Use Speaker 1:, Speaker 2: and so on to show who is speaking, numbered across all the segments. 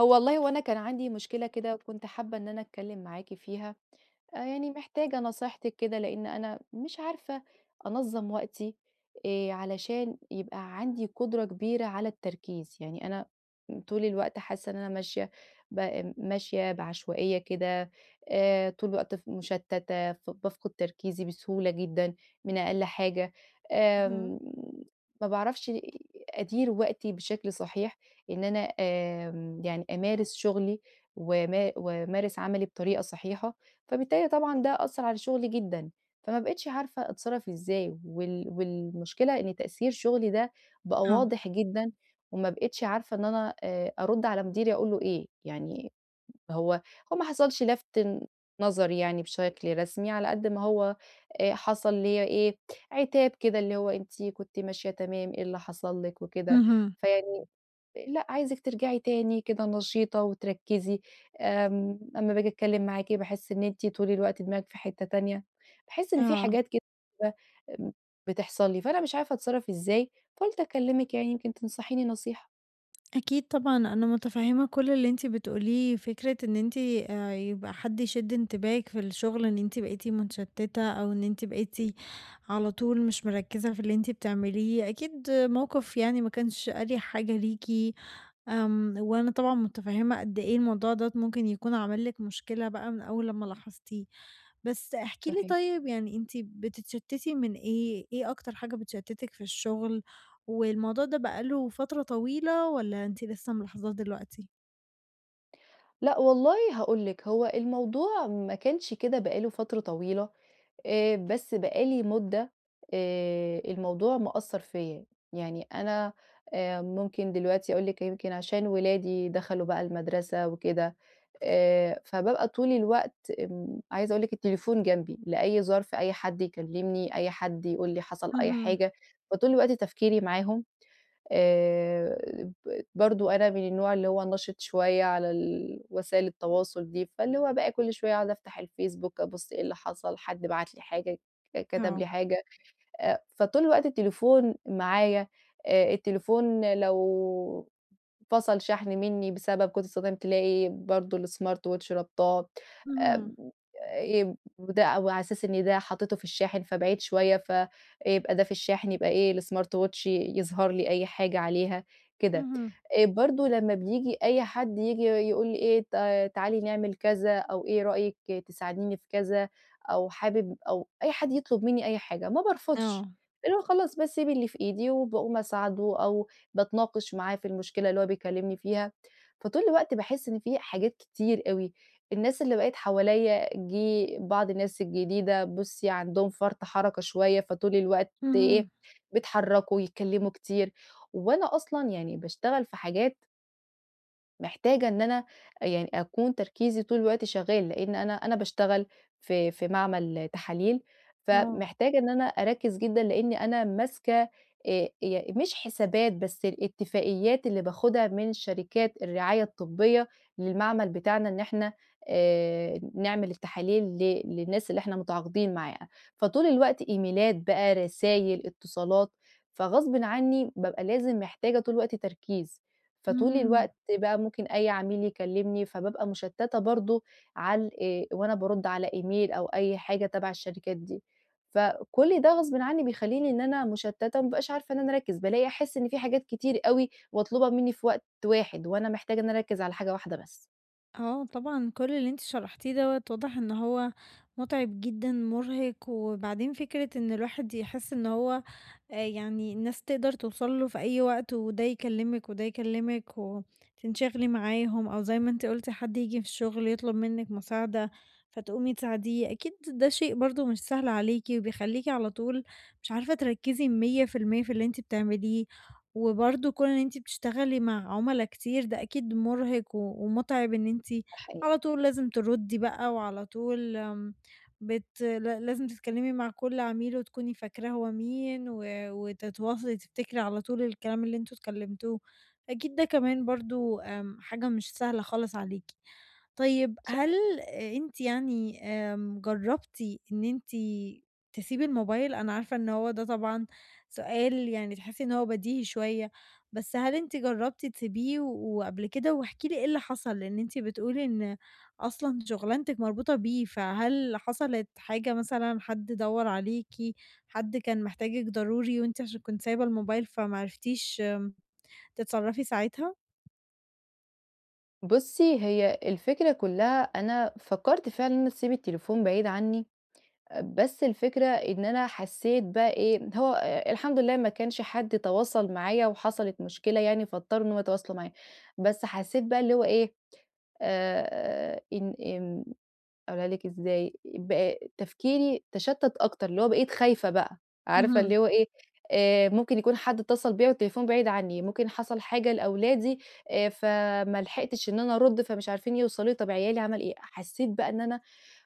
Speaker 1: هو والله أنا كان عندي مشكلة كده، كنت حابة إن أنا أتكلّم معاكِ فيها، يعني محتاجة نصيحتِك كده، لإن أنا مش عارفة أنظّم وقتي. علشان يبقى عندي قدرة كبيرة على التركيز، يعني أنا طول الوقت حاسة إن أنا ماشية ب آمم، ماشية بعشوائية كده، طول الوقت مشتتة، ف بافقد تركيزي بسهولة جدًا من أقل حاجة.
Speaker 2: اهم.
Speaker 1: آمم ما باعرفش أدير وقتي بشكل صحيح، إن أنا يعني أمارس شغلي وما وأمارس عملي بطريقة صحيحة. فبالتالي طبعًا ده أثّر على شغلي جدًا، فما بقيتش عارفة أتصرّف إزاي، وال والمشكلة إن تأثير شغلي ده بقى
Speaker 2: آه.
Speaker 1: واضح جدًا، وما بقيتش عارفة إن أنا أرُد على مديري أقول له إيه، يعني هو هو ما حصلش لَفْت نظر يعني بشكل رسمي، على قد ما هو حصل ليّا إيه، عتاب كده اللي هو أنتِ كنتِ ماشية تمام، إيه اللي حصل لِك وكده،
Speaker 2: اهم.
Speaker 1: فيعني لأ، عايزِك ترجعي تاني كده نشيطة وتركّزي، أمّا باجي أتكلّم معاكِ باحس إن أنتِ طول الوقت دماغِك في حتّة تانية، باحس إن في
Speaker 2: آه.
Speaker 1: حاجات كده آمم، بتحصل لي، فأنا مش عارفة أتصرّف إزاي، فقُلت أكلّمِك يعني يمكن تنصحيني نصيحة.
Speaker 2: أكيد طبعًا أنا متفهّمة كل اللي أنتِ بتقوليه، فكرة إن أنتِ يبقى حد يشِد انتباهِك في الشغل إن أنتِ بقيتِ متشتّتة أو إن أنتِ بقيتِ على طول مش مركّزة في اللي أنتِ بتعمليه، أكيد موقِف يعني ما كانش أريح حاجة ليكِ، وأنا طبعًا متفهّمة قد إيه الموضوع دوّة ممكن يكون عمل لِك مشكلة بقى من أول لمّا لاحظتيه. بس احكي لي
Speaker 1: صحيح.
Speaker 2: طيب يعني أنتِ بتتشتّتي من إيه؟ إيه أكتر حاجة بتشتّتِك في الشغل؟ والموضوع ده بقى له فترة طويلة والّا أنتِ لسه ملاحظاه دلوقتي؟
Speaker 1: لأ والله هاقول لِك، هو الموضوع ما كانش كده بقى له فترة طويلة، بس بقى لي مدة الموضوع مأثّر فيّا، يعني أنا ممكن دلوقتي أقول لِك يمكن عشان ولادي دخلوا بقى المدرسة وكده، فبابقى طول الوقت عايزة أقول لِك التليفون جنبي، لأي ظرف أي حد يكلمني، أي حد يقول لي حصل أي
Speaker 2: اهم،
Speaker 1: حاجة، فطول الوقت تفكيري معاهم. آآ ب برضه أنا من النوع اللي هو النشِط شوية على وسائل التواصل دي، فاللي هو بقى كل شوية أقعد أفتح الفيسبوك، أبُص إيه اللي حصل، حد بعت لي حاجة، كتب
Speaker 2: آه.
Speaker 1: لي حاجة، فطول الوقت التليفون معايا. التليفون لو فصل شحن مني بسبب كنت استخدمت تلاقي برضه الsmart watch رابطاه. آآ
Speaker 2: اهم،
Speaker 1: وده وعلى أساس إن ده حطيته في الشاحن فبعيد شوية، فيبقى ده في الشاحن يبقى إيه الsmart watch يظهر لي أي حاجة عليها كده.
Speaker 2: اهم،
Speaker 1: برضه لمّا بييجي أي حد ييجي يقول لي إيه تعالي نعمل كذا أو إيه رأيِك تساعديني في كذا أو حابب أو أي حد يطلب منّي أي حاجة، ما بارفضش،
Speaker 2: آه.
Speaker 1: اللي هو خلاص باسيب اللي في إيدي وباقوم أساعده أو باتناقش معاه في المشكلة اللي هو بيكلمني فيها، فطول الوقت باحس إن في حاجات كتير أوي، الناس اللي بقيت حواليّا جه بعض الناس الجديدة بُصّي عندهم فرط حركة شوية، فطول الوقت إيه
Speaker 2: اهم،
Speaker 1: بيتحركوا، يتكلموا كتير، وأنا أصلًا يعني باشتغل في حاجات محتاجة إن أنا يعني أكون تركيزي طول الوقت شغال، لإن أنا باشتغل في معمل تحاليل،
Speaker 2: آه،
Speaker 1: فمحتاجة إن أنا أركّز جدًا لإني أنا ماسكة ي مش حسابات، بس الاتفاقيات اللي باخدها من شركات الرعاية الطبية للمعمل بتاعنا إن إحنا نعمل التحاليل للناس اللي إحنا متعاقدين معاها، فطول الوقت إيميلات بقى، رسايل، اتصالات، فغصبٍ عني بابقى لازم محتاجة طول الوقت تركيز. فطول
Speaker 2: إمم.
Speaker 1: الوقت بقى ممكن أي عميل يكلمني، فبابقى مشتتة برضه على ال وأنا بارُد على إيميل أو أي حاجة تبع الشركات دي، فكل ده غصبٍ عني بيخلّيني إن أنا مشتتة وما بابقاش عارفة إن أنا أركّز، بالاقي أحس إن في حاجات كتير أوي مطلوبة مني في وقت واحد، وأنا محتاجة إن أنا أركّز على حاجة واحدة بس.
Speaker 2: آه طبعًا كل اللي أنتِ شرحتيه دوّة واضح إن هو مُتعب جدًا، مُرهق، وبعدين فكرة إن الواحد يحس إن هو يعني الناس تقدر توصل له في أي وقت وده يكلّمِك وده يكلّمِك وتنشغلي معاهم، أو زي ما أنتِ قُلتِ حد ييجي في الشغل يطلب منِّك مساعدة فتقومي تساعديه، أكيد ده شيء برضه مش سهل عليكِ وبيخلّيكِ على طول مش عارفة تركّزي 100% في المية في اللي أنتِ بتعمليه. وبرضه كون إن أنتِ بتشتغلي مع عُملا كتير ده أكيد مُرهِق و ومُتعِب إن أنتِ
Speaker 1: ده حقيقي،
Speaker 2: على طول لازم تردّي بقى وعلى طول بت ل لازم تتكلّمي مع كل عميل وتكوني فاكراه هو مين و وتتواصلي تفتكري على طول الكلام اللي أنتم اتكلّمتوه، أكيد ده كمان برضه حاجة مش سهلة خالص عليكِ. طيب
Speaker 1: صح.
Speaker 2: هل أنتِ يعني جرّبتِ إن أنتِ تسيبي الموبايل؟ أنا عارفة إن هو ده طبعًا سؤال يعني تحسّي إن هو بديهي شوية، بس هل أنتِ جرّبتِ تسيبيه وقبل كده؟ واحكي لي إيه اللي حصل، لإن أنتِ بتقولي إن أصلًا شغلانتِك مربوطة بيه، فهل حصلت حاجة مثلًا حد دَوّر عليكِ، حد كان محتاجِك ضروري وأنتِ عشان كنتِ سايبة الموبايل فما عرفتيش تتصرّفي ساعتها؟
Speaker 1: بُصّي، هي الفكرة كلّها أنا فكّرت فعلًا إن أنا أسيب التليفون بعيد عني. بس الفكرة إن أنا حسيت بقى إيه هو الحمد لله ما كانش حد تواصل معايا وحصلت مشكلة يعني فاضطروا إن هم يتواصلوا معايا، بس حسيت بقى اللي هو إيه إن أقولها لِك إزاي، بقى تفكيري تشتت أكتر، اللي هو بقيت خايفة بقى، عارفة
Speaker 2: اهم،
Speaker 1: اللي هو إيه، ممكن يكون حد اتصل بيّا والتليفون بعيد عني، ممكن حصل حاجة لأولادي، فما لحقتش إن أنا أرُدّ، فمش عارفين يوصلوا لي، طب عيالي عمل إيه، حسيت بقى إن أنا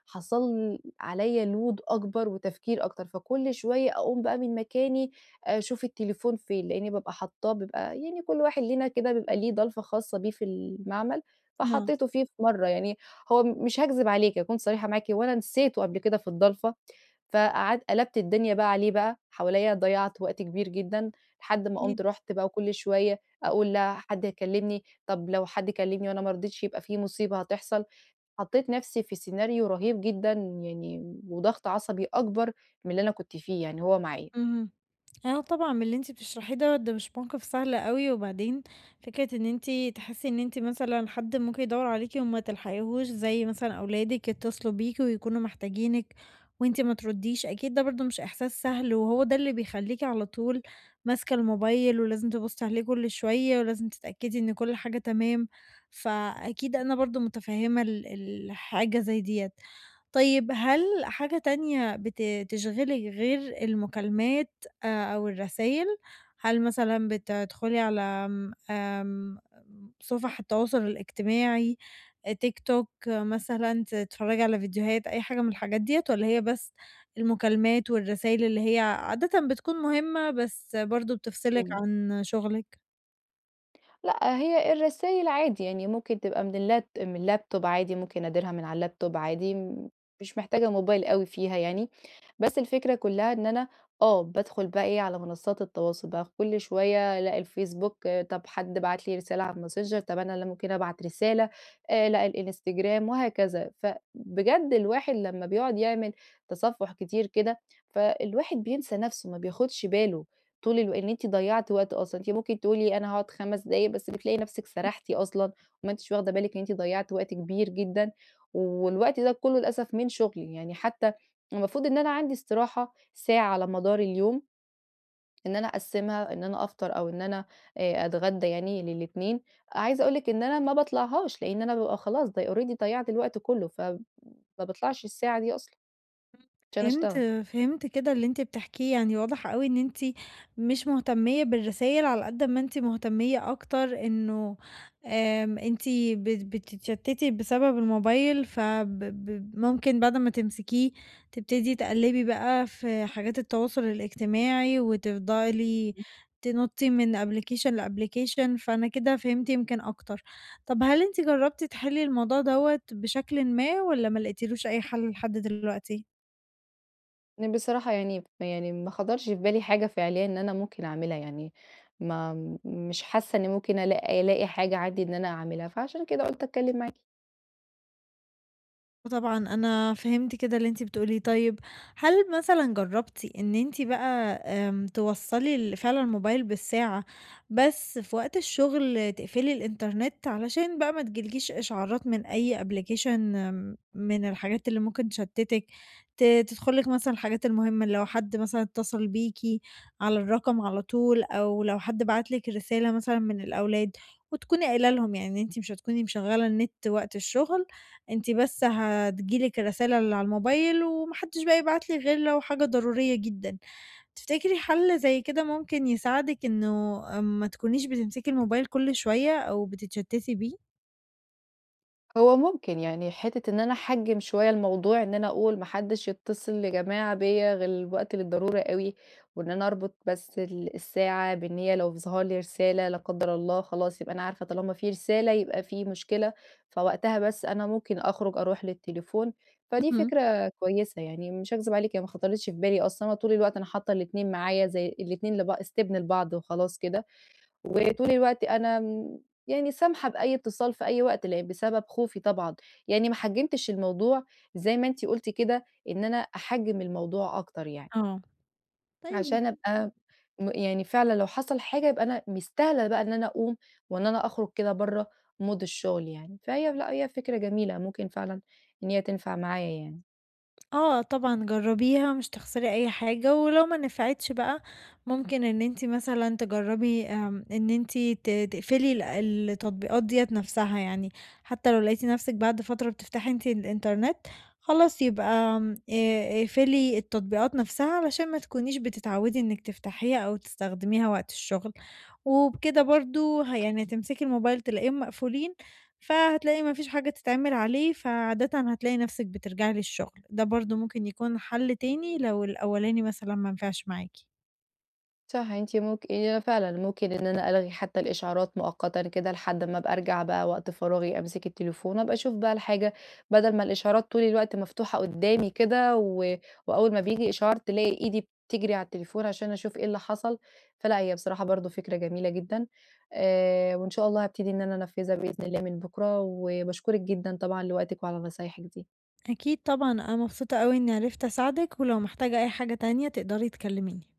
Speaker 1: حصل عليّا load أكبر وتفكير أكتر، فكل شوية أقوم بقى من مكاني، آه، أشوف التليفون فين، لإني بابقى حاطاه بيبقى يعني كل واحد لينا كده بيبقى ليه ضلفة خاصة بيه في المعمل،
Speaker 2: آه.
Speaker 1: فحطيته فيه في مرة يعني هو مش هاكذب عليكِ، أكون صريحة معاكِ، هو أنا نسيته قبل كده في الضلفة، فقعد قلبت الدنيا بقى عليه بقى حواليّا، ضيّعت وقت كبير جدًا، لحد ما قُمت
Speaker 2: أكيد.
Speaker 1: رُحت بقى وكل شوية أقول لا حد هيكلمني، طب لو حد كلمني وأنا ما رضيتش يبقى في مصيبة هتحصل، حطيت نفسي في سيناريو رهيب جدًا يعني وضغط عصبي أكبر من اللي أنا كنت فيه يعني هو معايا.
Speaker 2: اهم. أيوه طبعًا من اللي أنتِ بتشرحيه دوّة، ده مش موقف سهل أوي، وبعدين فكرة إن أنتِ تحسّي إن أنتِ مثلًا حد ممكن يدوّر عليكِ وما تلحقيهوش، زي مثلًا أولادِك يتصلوا بيكِ ويكونوا محتاجينِك وأنتِ ما ترديش، أكيد ده برضه مش إحساس سهل، وهو ده اللي بيخلّيكِ على طول ماسكة الموبايل ولازم تبُصّي عليه كل شوية، ولازم تتأكدي إن كل حاجة تمام، فأكيد أنا برضه متفهّمة الحاجة زي ديّة. طيب هل حاجة تانية تشغِلِك غير المكالمات أو الرسايل؟ هل مثلًا بتدخُلي على آمم، آمم، صفح التواصل الاجتماعي، تيك توك آه، مثلًا، تتفرّجي على فيديوهات، أي حاجة من الحاجات ديّة والّا هي بس المكالمات والرسايل اللي هي عادةً بتكون مهمة بس برضه بتفصلِك
Speaker 1: إمم.
Speaker 2: عن شُغلِك؟
Speaker 1: لأ، هي الرسايل عادي يعني ممكن تبقى من اللابتوب عادي، ممكن أديرها من على اللابتوب عادي، مش محتاجة موبايل أوي فيها يعني، بس الفكرة كلّها إن أنا آه، بادخل بقى إيه على منصات التواصل بقى كل شوية ألاقي الفيسبوك، آه، طب حد بعت لي رسالة على الماسنجر، طب أنا اللي ممكن أبعت رسالة، لأ الإنستجرام وهكذا، فبجد الواحد لمّا بيقعد يعمل تصفُّح كتير كده، فالواحد بينسى نَفْسه ما بياخدش باله. طول الو إن أنتِ ضيّعتِ وقت أصلًا، أنتِ ممكن تقولي أنا هاقعد 5 دقايق، بس بتلاقي نفسِك سرحتِ أصلًا وما أنتيش واخدة بالِك إن أنتِ ضيّعتِ وقت كبير جدًا، والوقت ده كلّه للأسف من شغلي، يعني حتى المفروض إن أنا عندي استراحة ساعة على مدار اليوم، إن أنا أقسّمها إن أنا أفطر أو إن أنا أتغدى يعني للاتنين، عايزة أقول لِك إن أنا ما باطلعهاش، لإن أنا بابقى خلاص already ضيّعت الوقت كلّه، ما باطلعش الساعة دي أصلًا عشان
Speaker 2: فهمت،
Speaker 1: أشتغل.
Speaker 2: فهمت كده اللي أنتِ بتحكيه، يعني واضح أوي إن أنتِ مش مهتمية بالرسايل على قد ما أنتِ مهتمية أكتر إنه أنتِ بتتشتتي بسبب الموبايل فب ب ممكن بعد ما تمسكيه تبتدي تقلبي بقى في حاجات التواصل الاجتماعي وتفضلي تنطي من application لapplication فأنا كده فهمت يمكن أكتر. طب هل أنتِ جربتِ تحلي الموضوع دوّة بشكلٍ ما والّا ما لقيتيلوش أي حل لحد دلوقتي؟
Speaker 1: بصراحة يعني ما خطرش في بالي حاجة فعليًا إن أنا ممكن أعملها، يعني ما مش حاسة إني ممكن ألاقي حاجة عندي إن أنا أعملها، فعشان كده قُلت أتكلم معاكِ.
Speaker 2: وطبعًا أنا فهمت كده اللي أنتِ بتقوليه، طيب هل مثلًا جرّبتِ إن أنتِ بقى توصّلي فعلًا الموبايل بالساعة، بس في وقت الشغل تقفلي الإنترنت علشان بقى ما تجيلكيش إشعارات من أي application، من الحاجات اللي ممكن تشتتِك، تدخل لِك مثلًا الحاجات المهمة، لو حد مثلًا اتصل بيكِ على الرقم على طول، أو لو حد بعت لِك رسالة مثلًا من الأولاد، وتكوني قايلة لهم يعني إن أنتِ مش هتكوني مشغّلة النت وقت الشغل. أنتِ بس هتيجي لِك الرسالة اللي على الموبايل وما حدش بقى يبعت لِك غير لو حاجة ضرورية جدًا. تفتكري حل زي كده ممكن يساعدِك إنه ما تكونيش بتمسكي الموبايل كل شوية أو بتتشتتي بيه؟
Speaker 1: هو ممكن يعني حتّة إن أنا أحجّم شوية الموضوع، إن أنا أقول ما حدّش يتصل يا جماعة بيّا غير وقت للضرورة أوي، وإن أنا أربط بس الساعة بإن هي لو ظهر لي رسالة لا قدّر الله خلاص يبقى أنا عارفة طالما في رسالة يبقى في مشكلة، فوقتها بس أنا ممكن أخرج أروح للتليفون، فدي
Speaker 2: اهم.
Speaker 1: فكرة كويسة يعني مش هاكذب عليك هي ما خطرتش في بالي أصلًا، طول الوقت أنا حاطة الاتنين معايا زي الاتنين لب استبن لبعض وخلاص كده. وطول الوقت أنا م يعني سامحة بأي اتصال في أي وقت، لأن بسبب خوفي طبعًا، يعني ما حجّمتش الموضوع زي ما أنتِ قُلتِ كده، إن أنا أحجّم الموضوع أكتر يعني،
Speaker 2: آه. طيب
Speaker 1: عشان أبقى يعني فعلًا لو حصل حاجة يبقى أنا مستاهلة بقى إن أنا أقوم وإن أنا أخرج كده برّه مود الشغل يعني، فهي لأ هي فكرة جميلة ممكن فعلًا إن هي تنفع معايا يعني.
Speaker 2: آه طبعًا جرّبيها مش هتخسري أي حاجة، ولو ما نفعتش بقى ممكن إن أنتِ مثلًا تجرّبي إن أنتِ تقفلي التطبيقات ديّة نفسها، يعني حتى لو لقيتِ نفسِك بعد فترة بتفتحي أنتِ الإنترنت خلاص يبقى آمم، اقفلي التطبيقات نفسها علشان ما تكونيش بتتعودي إنِّك تفتحيها أو تستخدميها وقت الشغل، وبكده برضه يعني هتمسكي الموبايل تلاقيهم مقفولين فهتلاقي ما فيش حاجة تتعمل عليه، فعادةً هتلاقي نفسِك بترجعي للشغل، ده برضه ممكن يكون حل تاني لو الأولاني مثلًا ما نفعش معاكِ.
Speaker 1: صح، أنتِ ممكن هي فعلًا ممكن إن أنا ألغي حتى الإشعارات مؤقتًا كده لحد أمّا أبقى أرجع بقى وقت فراغي أمسك التليفون، أبقى أشوف بقى الحاجة بدل ما الإشعارات طول الوقت مفتوحة قدّامي كده وأول ما بييجي إشعار تلاقي إيدي بتجري على التليفون عشان أشوف إيه اللي حصل، فلأ هي بصراحة برضه فكرة جميلة جدًا، وإن شاء الله هابتدي إن أنا أنفذها بإذن الله من بُكرة، وباشكرِك جدًا طبعًا لوقتِك وعلى نصايحِك دي.
Speaker 2: أكيد طبعًا، أنا مبسوطة أوي إني عرفت أساعدِك، ولو محتاجة أي حاجة تانية تقدري تكلميني.